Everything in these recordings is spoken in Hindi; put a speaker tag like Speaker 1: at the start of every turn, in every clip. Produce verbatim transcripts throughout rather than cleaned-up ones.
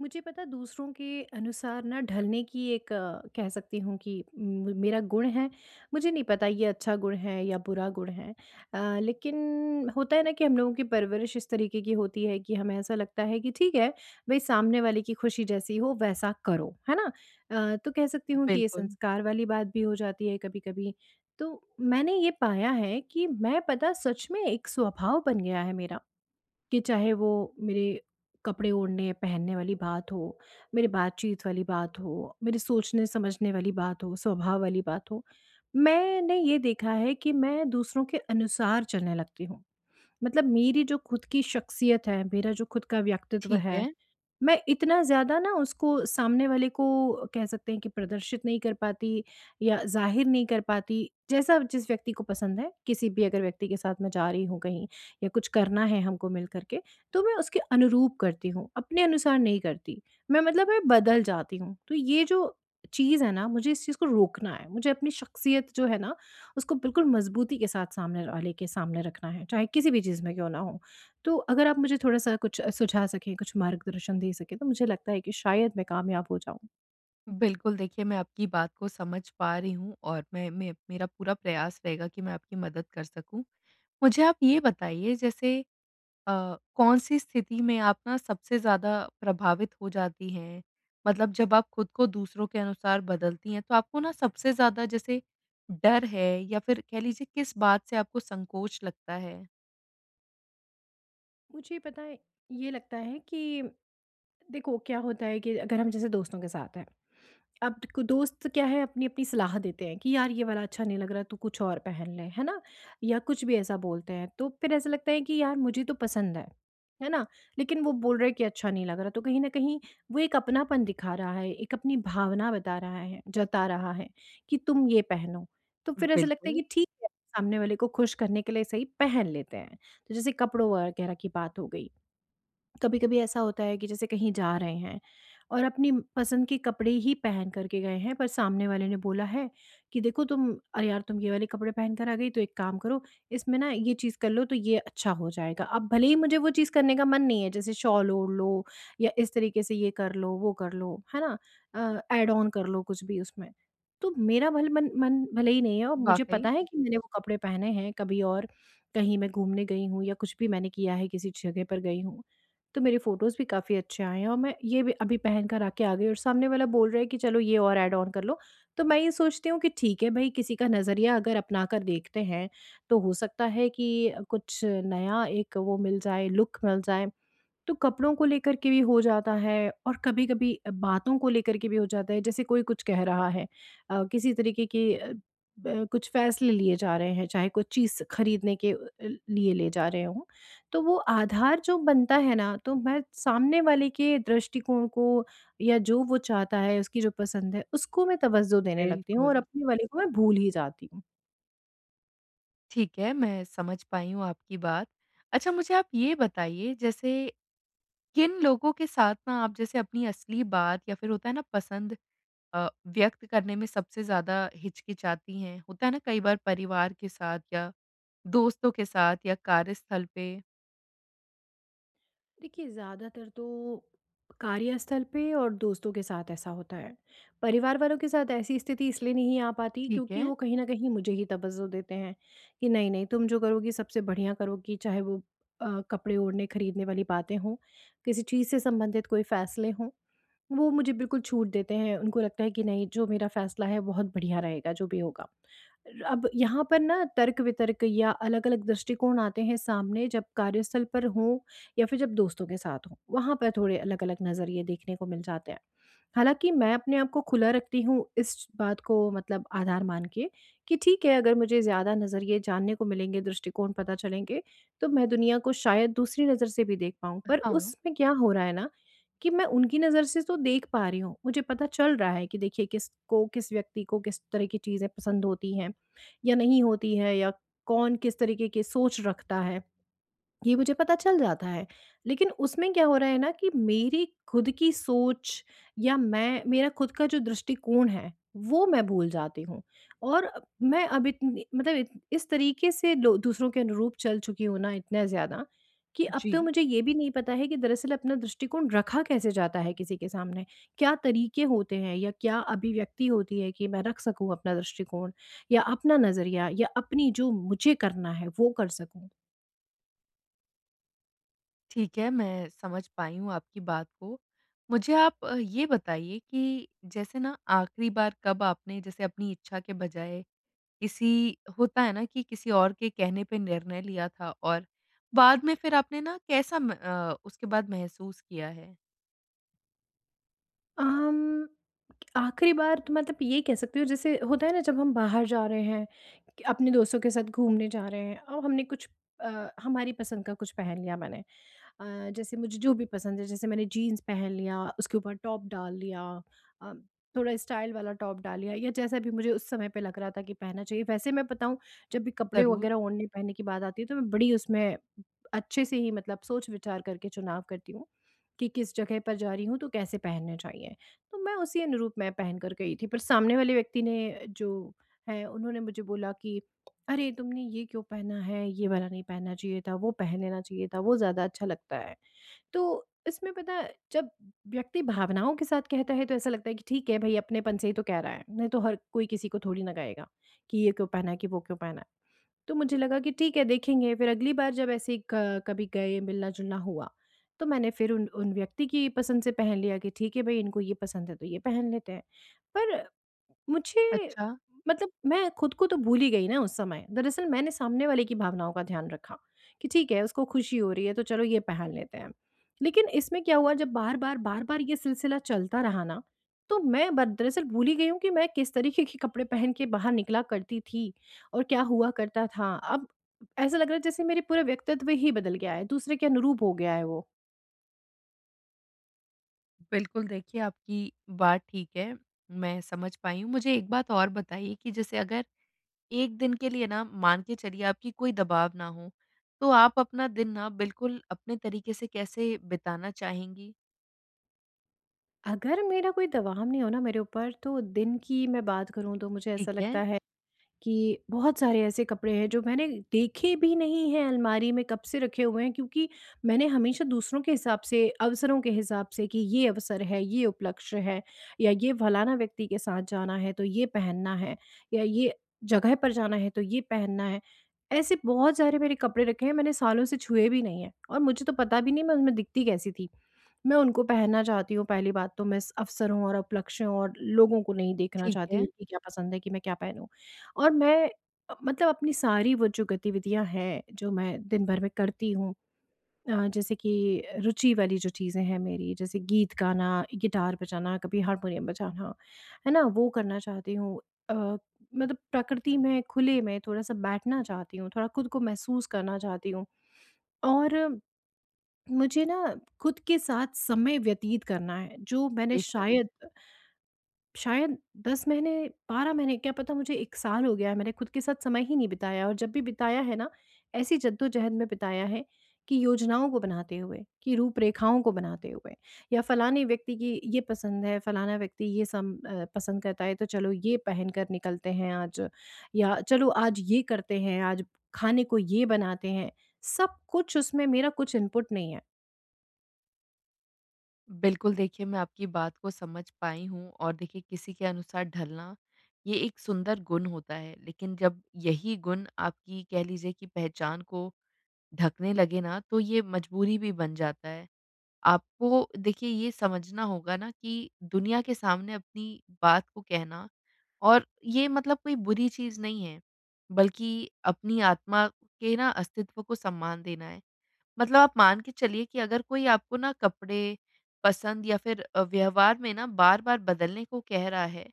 Speaker 1: मुझे पता दूसरों के अनुसार ना ढलने की एक अ, कह सकती हूँ कि म- मेरा गुण है। मुझे नहीं पता ये अच्छा गुण है या बुरा गुण है। अ, लेकिन होता है ना कि हम लोगों की परवरिश इस तरीके की होती है कि हमें ऐसा लगता है कि ठीक है, भाई सामने वाले की खुशी जैसी हो वैसा करो, है ना। अ, तो कह सकती हूँ कि ये
Speaker 2: बिल्कुल,
Speaker 1: संस्कार वाली बात भी हो जाती है कभी कभी। तो मैंने ये पाया है कि मैं पता सच में एक स्वभाव बन गया है मेरा, कि चाहे वो मेरे कपड़े ओढ़ने, पहनने वाली बात हो, मेरी बातचीत वाली बात हो, मेरे सोचने-समझने वाली बात हो, स्वभाव वाली बात हो। मैंने ये देखा है कि मैं दूसरों के अनुसार चलने लगती हूँ। मतलब मेरी जो खुद की शख्सियत है, मेरा जो खुद का व्यक्तित्व
Speaker 2: ठीक
Speaker 1: है,
Speaker 2: है।
Speaker 1: मैं इतना ज़्यादा ना उसको सामने वाले को, कह सकते हैं कि, प्रदर्शित नहीं कर पाती या ज़ाहिर नहीं कर पाती। जैसा जिस व्यक्ति को पसंद है, किसी भी अगर व्यक्ति के साथ मैं जा रही हूँ कहीं या कुछ करना है हमको मिल कर के, तो मैं उसके अनुरूप करती हूँ, अपने अनुसार नहीं करती। मैं मतलब मैं बदल जाती हूँ। तो ये जो चीज़ है ना, मुझे इस चीज़ को रोकना है। मुझे अपनी शख्सियत जो है ना, उसको बिल्कुल मज़बूती के साथ सामने वाले के सामने रखना है, चाहे किसी भी चीज़ में क्यों ना हो। तो अगर आप मुझे थोड़ा-सा कुछ अ, सुझा सकें, कुछ मार्गदर्शन दे सकें, तो मुझे लगता है कि शायद मैं कामयाब हो जाऊँ।
Speaker 2: बिल्कुल, देखिए मैं आपकी बात को समझ पा रही हूँ, और मैं मैं मेरा पूरा प्रयास रहेगा कि मैं आपकी मदद कर सकूँ। मुझे आप ये बताइए, जैसे अ, कौन-सी स्थिति में आप ना सबसे ज़्यादा प्रभावित हो जाती हैं? मतलब जब आप खुद को दूसरों के अनुसार बदलती हैं, तो आपको ना सबसे ज़्यादा जैसे डर है, या फिर कह लीजिए किस बात से आपको संकोच लगता है?
Speaker 1: मुझे पता है, ये लगता है कि देखो क्या होता है कि अगर हम जैसे दोस्तों के साथ हैं। अब को दोस्त क्या है, अपनी-अपनी सलाह देते हैं कि यार ये वाला अच्छा नहीं लग रहा, तू कुछ और पहन ले, है ना? या कुछ भी ऐसा बोलते हैं, तो फिर ऐसा लगता है कि यार मुझे तो पसंद है, है ना? लेकिन वो बोल रहे हैं कि अच्छा नहीं लग रहा, तो कहीं न कहीं वो एक अपनापन दिखा रहा है, एक अपनी भावना बता रहा है, जता रहा है कि तुम ये पहनो। तो फिर ऐसा लगता है
Speaker 2: बिल्कुल।
Speaker 1: कि ठीक है, सामने वाले को खुश करने के लिए सही पहन लेते हैं। तो जैसे कपड़ों वगैरह की बात हो गई। कभी कभी ऐसा होता है कि जैसे कहीं जा रहे हैं और अपनी पसंद के कपड़े ही पहन करके गए हैं, पर सामने वाले ने बोला है कि देखो तुम, अरे यार तुम ये वाले कपड़े पहन कर आ गई, तो एक काम करो, इसमें ना ये चीज़ कर लो तो ये अच्छा हो जाएगा। अब भले ही मुझे वो चीज़ करने का मन नहीं है, जैसे शॉल ओढ़ लो या इस तरीके से ये कर लो वो कर लो, है ना, एड ऑन कर लो कुछ भी उसमें। तो मेरा भल मन मन भले ही नहीं है, और मुझे
Speaker 2: वाक़ई।
Speaker 1: पता है कि मैंने वो कपड़े पहने हैं कभी, और कहीं मैं घूमने गई हूँ या कुछ भी मैंने किया है, किसी जगह पर गई हूँ, तो मेरे फ़ोटोज़ भी काफ़ी अच्छे आए हैं, और मैं ये भी अभी पहन कर आके आ गई और सामने वाला बोल रहा है कि चलो ये और ऐड ऑन कर लो। तो मैं ये सोचती हूँ कि ठीक है भई, किसी का नज़रिया अगर अपना कर देखते हैं, तो हो सकता है कि कुछ नया एक वो मिल जाए, लुक मिल जाए। तो कपड़ों को लेकर के भी हो जाता है, और कभी-कभी अ, बातों को लेकर के भी हो जाता है। जैसे कोई कुछ कह रहा है अ, किसी तरीके की अ, ब कुछ फ़ैसले लिए जा रहे हैं, चाहे कुछ चीज़ खरीदने के अ, लिए ले जा रहे हों, तो वो आधार जो बनता है ना, तो मैं सामने वाले के दृष्टिकोण को या जो वो चाहता है, उसकी जो पसंद है, उसको मैं तवज्जो देने लगती हूँ और
Speaker 2: बिल्कुल।
Speaker 1: अपने वाले को मैं भूल ही जाती हूँ।
Speaker 2: ठीक है, मैं समझ पाई हूँ आपकी बात। अच्छा, मुझे आप ये बताइए, जैसे किन लोगों के साथ ना आप जैसे अपनी असली बात या फिर होता है ना पसंद अ, व्यक्त करने में सबसे ज़्यादा हिचकिचाती हैं? होता है ना, कई बार परिवार के साथ, या दोस्तों के साथ, या कार्यस्थल पे?
Speaker 1: देखिए, ज़्यादातर तो कार्यस्थल पे और दोस्तों के साथ ऐसा होता है। परिवार वालों के साथ ऐसी स्थिति इसलिए नहीं आ पाती,
Speaker 2: ठीक
Speaker 1: क्योंकि
Speaker 2: है।
Speaker 1: वो कहीं न कहीं मुझे ही तवज्जो देते हैं कि नहीं-नहीं, तुम जो करोगी सबसे बढ़िया करोगी, चाहे वो अ, कपड़े ओढ़ने, खरीदने वाली बातें हों, किसी चीज़ से संबंधित कोई फ़ैसले हों, वो मुझे बिल्कुल छूट देते हैं। उनको लगता है कि नहीं, जो मेरा फ़ैसला है बहुत बढ़िया रहेगा जो भी होगा। अब यहाँ पर ना तर्क-वितर्क या अलग-अलग दृष्टिकोण आते हैं सामने, जब कार्यस्थल पर हों या फिर जब दोस्तों के साथ हों, वहाँ पर थोड़े अलग-अलग नज़रिए देखने को मिल जाते हैं। हालाँकि मैं अपने आप को खुला रखती हूँ, इस बात को मतलब आधार मान के कि ठीक है, अगर मुझे ज़्यादा नज़रिए जानने को मिलेंगे, दृष्टिकोण पता चलेंगे, तो मैं दुनिया को शायद दूसरी नज़र से भी देख पाऊँ। पर
Speaker 2: हाँ।
Speaker 1: उसमें क्या हो रहा है ना, कि मैं उनकी नज़र से तो देख पा रही हूँ, मुझे पता चल रहा है कि देखिए किसको, किस व्यक्ति को किस तरह की चीज़ें पसंद होती हैं या नहीं होती है, या कौन किस तरीके की सोच रखता है। ये मुझे पता चल जाता है। लेकिन उसमें क्या हो रहा है ना, कि मेरी खुद की सोच या मैं मेरा खुद का जो दृष्टिकोण है, वो मैं भूल जाती हूँ। और अ, मैं अब इतनी, मतलब इत इस तरीके से लो दूसरों के अनुरूप चल चुकी हूँ ना इतना ज़्यादा, कि अब
Speaker 2: जी।
Speaker 1: तो मुझे ये भी नहीं पता है कि दरअसल अपना दृष्टिकोण रखा कैसे जाता है किसी के सामने? क्या तरीके होते हैं या क्या अभिव्यक्ति होती है कि मैं रख सकूँ अपना दृष्टिकोण या अपना नज़रिया, या अपनी जो मुझे करना है, वो कर सकूँ?
Speaker 2: ठीक है, मैं समझ पाई हूँ आपकी बात को। मुझे आप अ, ये बताइए कि जैसे ना आखिरी बार कब आपने जैसे अपनी इच्छा के बजाय किसी, होता है ना कि किसी और के कहने पे निर्णय लिया था, और बाद में फिर आपने ना कैसा म अ, उसके बाद महसूस किया है?
Speaker 1: अम, आखिरी बार तो मतलब ये कह सकती हूँ, जैसे होता है ना जब हम बाहर जा रहे हैं कि अपने दोस्तों के साथ घूमने जा रहे हैं, और हमने कुछ अ, हमारी पसंद का कुछ पहन लिया, मैंने अ, जैसे मुझे जो भी पसंद है, जैसे मैंने जीन्स पहन लिया, उसके ऊपर टॉप डाल लिया अ, थोड़ा स्टाइल वाला टॉप डाल लिया, या जैसा भी मुझे उस समय पे लग रहा था कि पहनना चाहिए वैसे। मैं बताऊं, जब भी कपड़े
Speaker 2: ज़रूर।
Speaker 1: वगैरह ओढ़ने पहनने की बात आती है, तो मैं बड़ी उसमें अच्छे से ही, मतलब सोच विचार करके चुनाव करती हूँ कि किस जगह पर जा रही हूँ, तो कैसे पहनने चाहिए। तो मैं उसी अनुरूप मैं पहन कर गई थी, पर सामने वाले व्यक्ति ने जो है, उन्होंने मुझे बोला कि अरे तुमने ये क्यों पहना है, ये वाला नहीं पहनना चाहिए था, वो पहन लेना चाहिए था, वो ज़्यादा अच्छा लगता है। तो इसमें पता है, जब व्यक्ति भावनाओं के साथ कहता है, तो ऐसा लगता है कि ठीक है भाई, अपनेपन से ही तो कह रहा है, नहीं तो हर कोई किसी को थोड़ी ना कहेगा, कि ये क्यों पहना है, कि वो क्यों पहना है। तो मुझे लगा कि ठीक है देखेंगे, फिर अगली बार जब ऐसे ही क कभी गए, मिलना-जुलना हुआ, तो मैंने फिर उन उन व्यक्ति की पसंद से पहन लिया कि ठीक है भई, इनको ये पसंद है तो ये पहन लेते हैं। पर मुझे,
Speaker 2: अच्छा।
Speaker 1: मतलब मैं खुद को तो भूल ही गई ना उस समय। दरअसल मैंने सामने वाले की भावनाओं का ध्यान रखा कि ठीक है, उसको खुशी हो रही है तो चलो ये पहन लेते हैं। लेकिन इसमें क्या हुआ, जब बार-बार, बार-बार ये सिलसिला चलता रहा ना, तो मैं ब दरअसल भूल ही गई हूँ कि मैं किस तरीके के कपड़े पहन के बाहर निकला करती थी, और क्या हुआ करता था। अब ऐसा लग रहा है जैसे मेरे पूरे व्यक्तित्व ही बदल गया है, दूसरे के अनुरूप हो गया है वो।
Speaker 2: बिल्कुल, देखिए आपकी बात ठीक है, मैं समझ पाई हूँ। मुझे एक बात और बताइए कि जैसे अगर एक दिन के लिए ना, मान के चलिए आपकी कोई दबाव ना हो, तो आप अपना दिन ना बिल्कुल अपने तरीके से कैसे बिताना चाहेंगी?
Speaker 1: अगर मेरा कोई दबाव नहीं हो ना मेरे ऊपर, तो दिन की मैं बात करूँ तो मुझे
Speaker 2: ठीक
Speaker 1: ऐसा
Speaker 2: है।
Speaker 1: लगता है कि बहुत सारे ऐसे कपड़े हैं जो मैंने देखे भी नहीं हैं, अलमारी में कब से रखे हुए हैं, क्योंकि मैंने हमेशा दूसरों के हिसाब से, अवसरों के हिसाब से, कि ये अवसर है, ये उपलक्ष्य है, या ये फलाना व्यक्ति के साथ जाना है तो ये पहनना है, या ये जगह पर जाना है तो ये पहनना है। ऐसे बहुत सारे मेरे कपड़े रखे हैं, मैंने सालों से छुए भी नहीं है, और मुझे तो पता भी नहीं मैं उसमें दिखती कैसी थी। मैं उनको पहनना चाहती हूँ। पहली बात तो मैं स अवसरों और उपलक्ष्यों और लोगों को नहीं देखना
Speaker 2: ठीक
Speaker 1: चाहती हूँ
Speaker 2: है।
Speaker 1: कि क्या पसंद है, कि मैं क्या पहनूँ। और मैं अ, मतलब अपनी सारी वो जो गतिविधियाँ हैं, जो मैं दिन भर में करती हूँ अ, जैसे कि रुचि वाली जो चीज़ें हैं मेरी, जैसे गीत गाना, गिटार बजाना, कभी हारमोनियम बजाना, है ना? वो करना चाहती हूँ। अ, मतलब प्रकृति में, खुले में थोड़ा-सा बैठना चाहती हूँ, थोड़ा खुद को महसूस करना चाहती हूँ, और मुझे ना खुद के साथ समय व्यतीत करना है, जो मैंने
Speaker 2: बेशक।
Speaker 1: शायद शायद दस महीने, बारह महीने, क्या पता मुझे एक साल हो गया है मैंने खुद के साथ समय ही नहीं बिताया। और जब भी बिताया है ना, ऐसी जद्दोजहद में बिताया है कि योजनाओं को बनाते हुए, कि रूपरेखाओं को बनाते हुए, या फलाने व्यक्ति की ये पसंद है, फलाना व्यक्ति ये सम अ, पसंद करता है तो चलो ये पहन कर निकलते हैं आज, या चलो आज ये करते हैं, आज खाने को ये बनाते हैं, सब कुछ उसमें मेरा कुछ इनपुट नहीं
Speaker 2: बिल्कुल, देखिए मैं आपकी बात को समझ पाई हूँ। और देखिए, किसी के अनुसार ढलना, ये एक सुंदर गुण होता है, लेकिन जब यही गुण आपकी, कह लीजिए कि पहचान को ढकने लगे ना, तो ये मजबूरी भी बन जाता है। आपको देखिए ये समझना होगा ना कि दुनिया के सामने अपनी बात को कहना, और ये मतलब कोई बुरी चीज़ नहीं है, बल्कि अपनी आत्मा के ना अस्तित्व को सम्मान देना है। मतलब आप मान के चलिए कि अगर कोई आपको ना कपड़े पसंद, या फिर अ, व्यवहार में ना बार-बार बदलने को कह रहा है,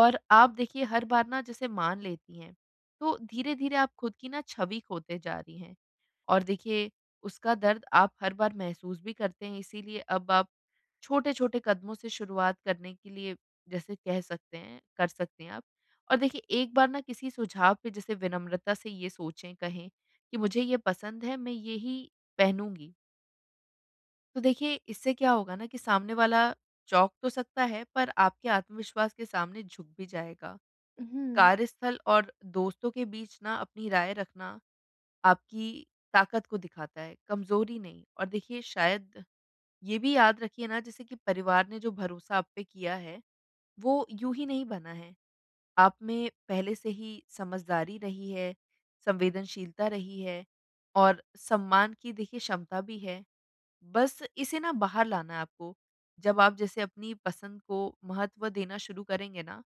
Speaker 2: और आप देखिए हर बार ना जैसे मान लेती हैं, तो धीरे-धीरे आप खुद की ना छवि खोते जा रही हैं। और देखिए, उसका दर्द आप हर बार महसूस भी करते हैं, इसीलिए अब आप छोटे-छोटे कदमों से शुरुआत करने के लिए जैसे कह सकते हैं, कर सकते हैं आप। और देखिए, एक बार ना किसी सुझाव पे जैसे विनम्रता से ये सोचें, कहें कि मुझे ये पसंद है, मैं यही पहनूँगी। तो देखिए इससे क्या होगा ना कि सामने वाला चौंक तो सकता है, पर आपके आत्मविश्वास के सामने झुक भी जाएगा।
Speaker 1: है।
Speaker 2: कार्यस्थल और दोस्तों के बीच ना अपनी राय रखना आपकी ताकत को दिखाता है, कमज़ोरी नहीं। और देखिए, शायद ये भी याद रखिए ना, जैसे कि परिवार ने जो भरोसा आप पे किया है, वो यूँ ही नहीं बना है। आप में पहले से ही समझदारी रही है, संवेदनशीलता रही है, और सम्मान की, देखिए क्षमता भी है। बस इसे ना बाहर लाना है आपको। जब आप जैसे अपनी पसंद को महत्व देना शुरू करेंगे ना,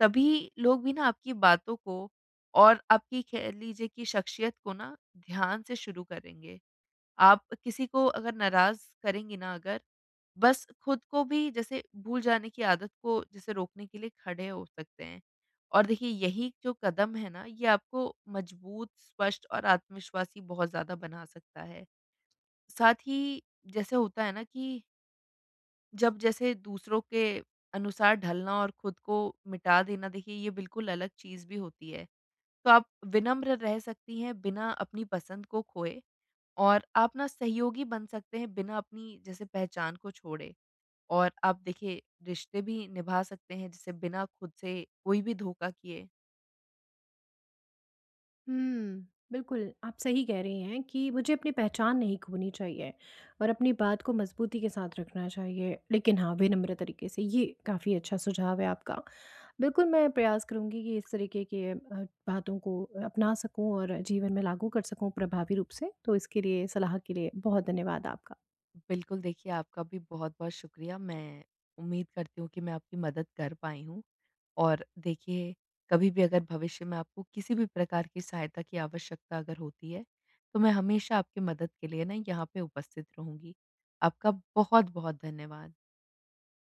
Speaker 2: तभी लोग भी ना आपकी बातों को, और आपकी, कह लीजिए कि शख्सियत को ना ध्यान से शुरू करेंगे। आप किसी को अगर नाराज़ करेंगी ना, अगर बस खुद को भी जैसे भूल जाने की आदत को जैसे रोकने के लिए खड़े हो सकते हैं। और देखिए, यही जो कदम है ना, ये आपको मजबूत, स्पष्ट और आत्मविश्वासी बहुत ज़्यादा बना सकता है। साथ ही, जैसे होता है ना कि जब जैसे दूसरों के अनुसार ढलना, और खुद को मिटा देना, देखिए ये बिल्कुल अलग चीज़ भी होती है। तो आप विनम्र रह सकती हैं बिना अपनी पसंद को खोए, और आप ना सहयोगी बन सकते हैं बिना अपनी जैसे पहचान को छोड़े। और आप देखिए, रिश्ते भी निभा सकते हैं जैसे बिना खुद से कोई भी धोखा किए।
Speaker 1: हुँ, बिल्कुल, आप सही कह रही हैं कि मुझे अपनी पहचान नहीं खोनी चाहिए और अपनी बात को मज़बूती के साथ रखना चाहिए, लेकिन हाँ, विनम्र तरीके से, ये काफ़ी अच्छा सुझाव है आपका। बिल्कुल, मैं प्रयास करूँगी कि इस तरीके के अ, बातों को अपना सकूँ और जीवन में लागू कर सकूँ प्रभावी रूप से, तो इसके लिए सलाह के लिए बहुत धन्यवाद आपका।
Speaker 2: बिल्कुल, देखिए आपका भी बहुत-बहुत शुक्रिया। मैं उम्मीद करती हूँ कि मैं आपकी मदद कर पाई हूँ। और देखिए, कभी भी अगर भविष्य में आपको किसी भी प्रकार की सहायता की आवश्यकता अगर होती है, तो मैं हमेशा आपकी मदद के लिए ना यहाँ पे उपस्थित रहूँगी। आपका बहुत-बहुत धन्यवाद।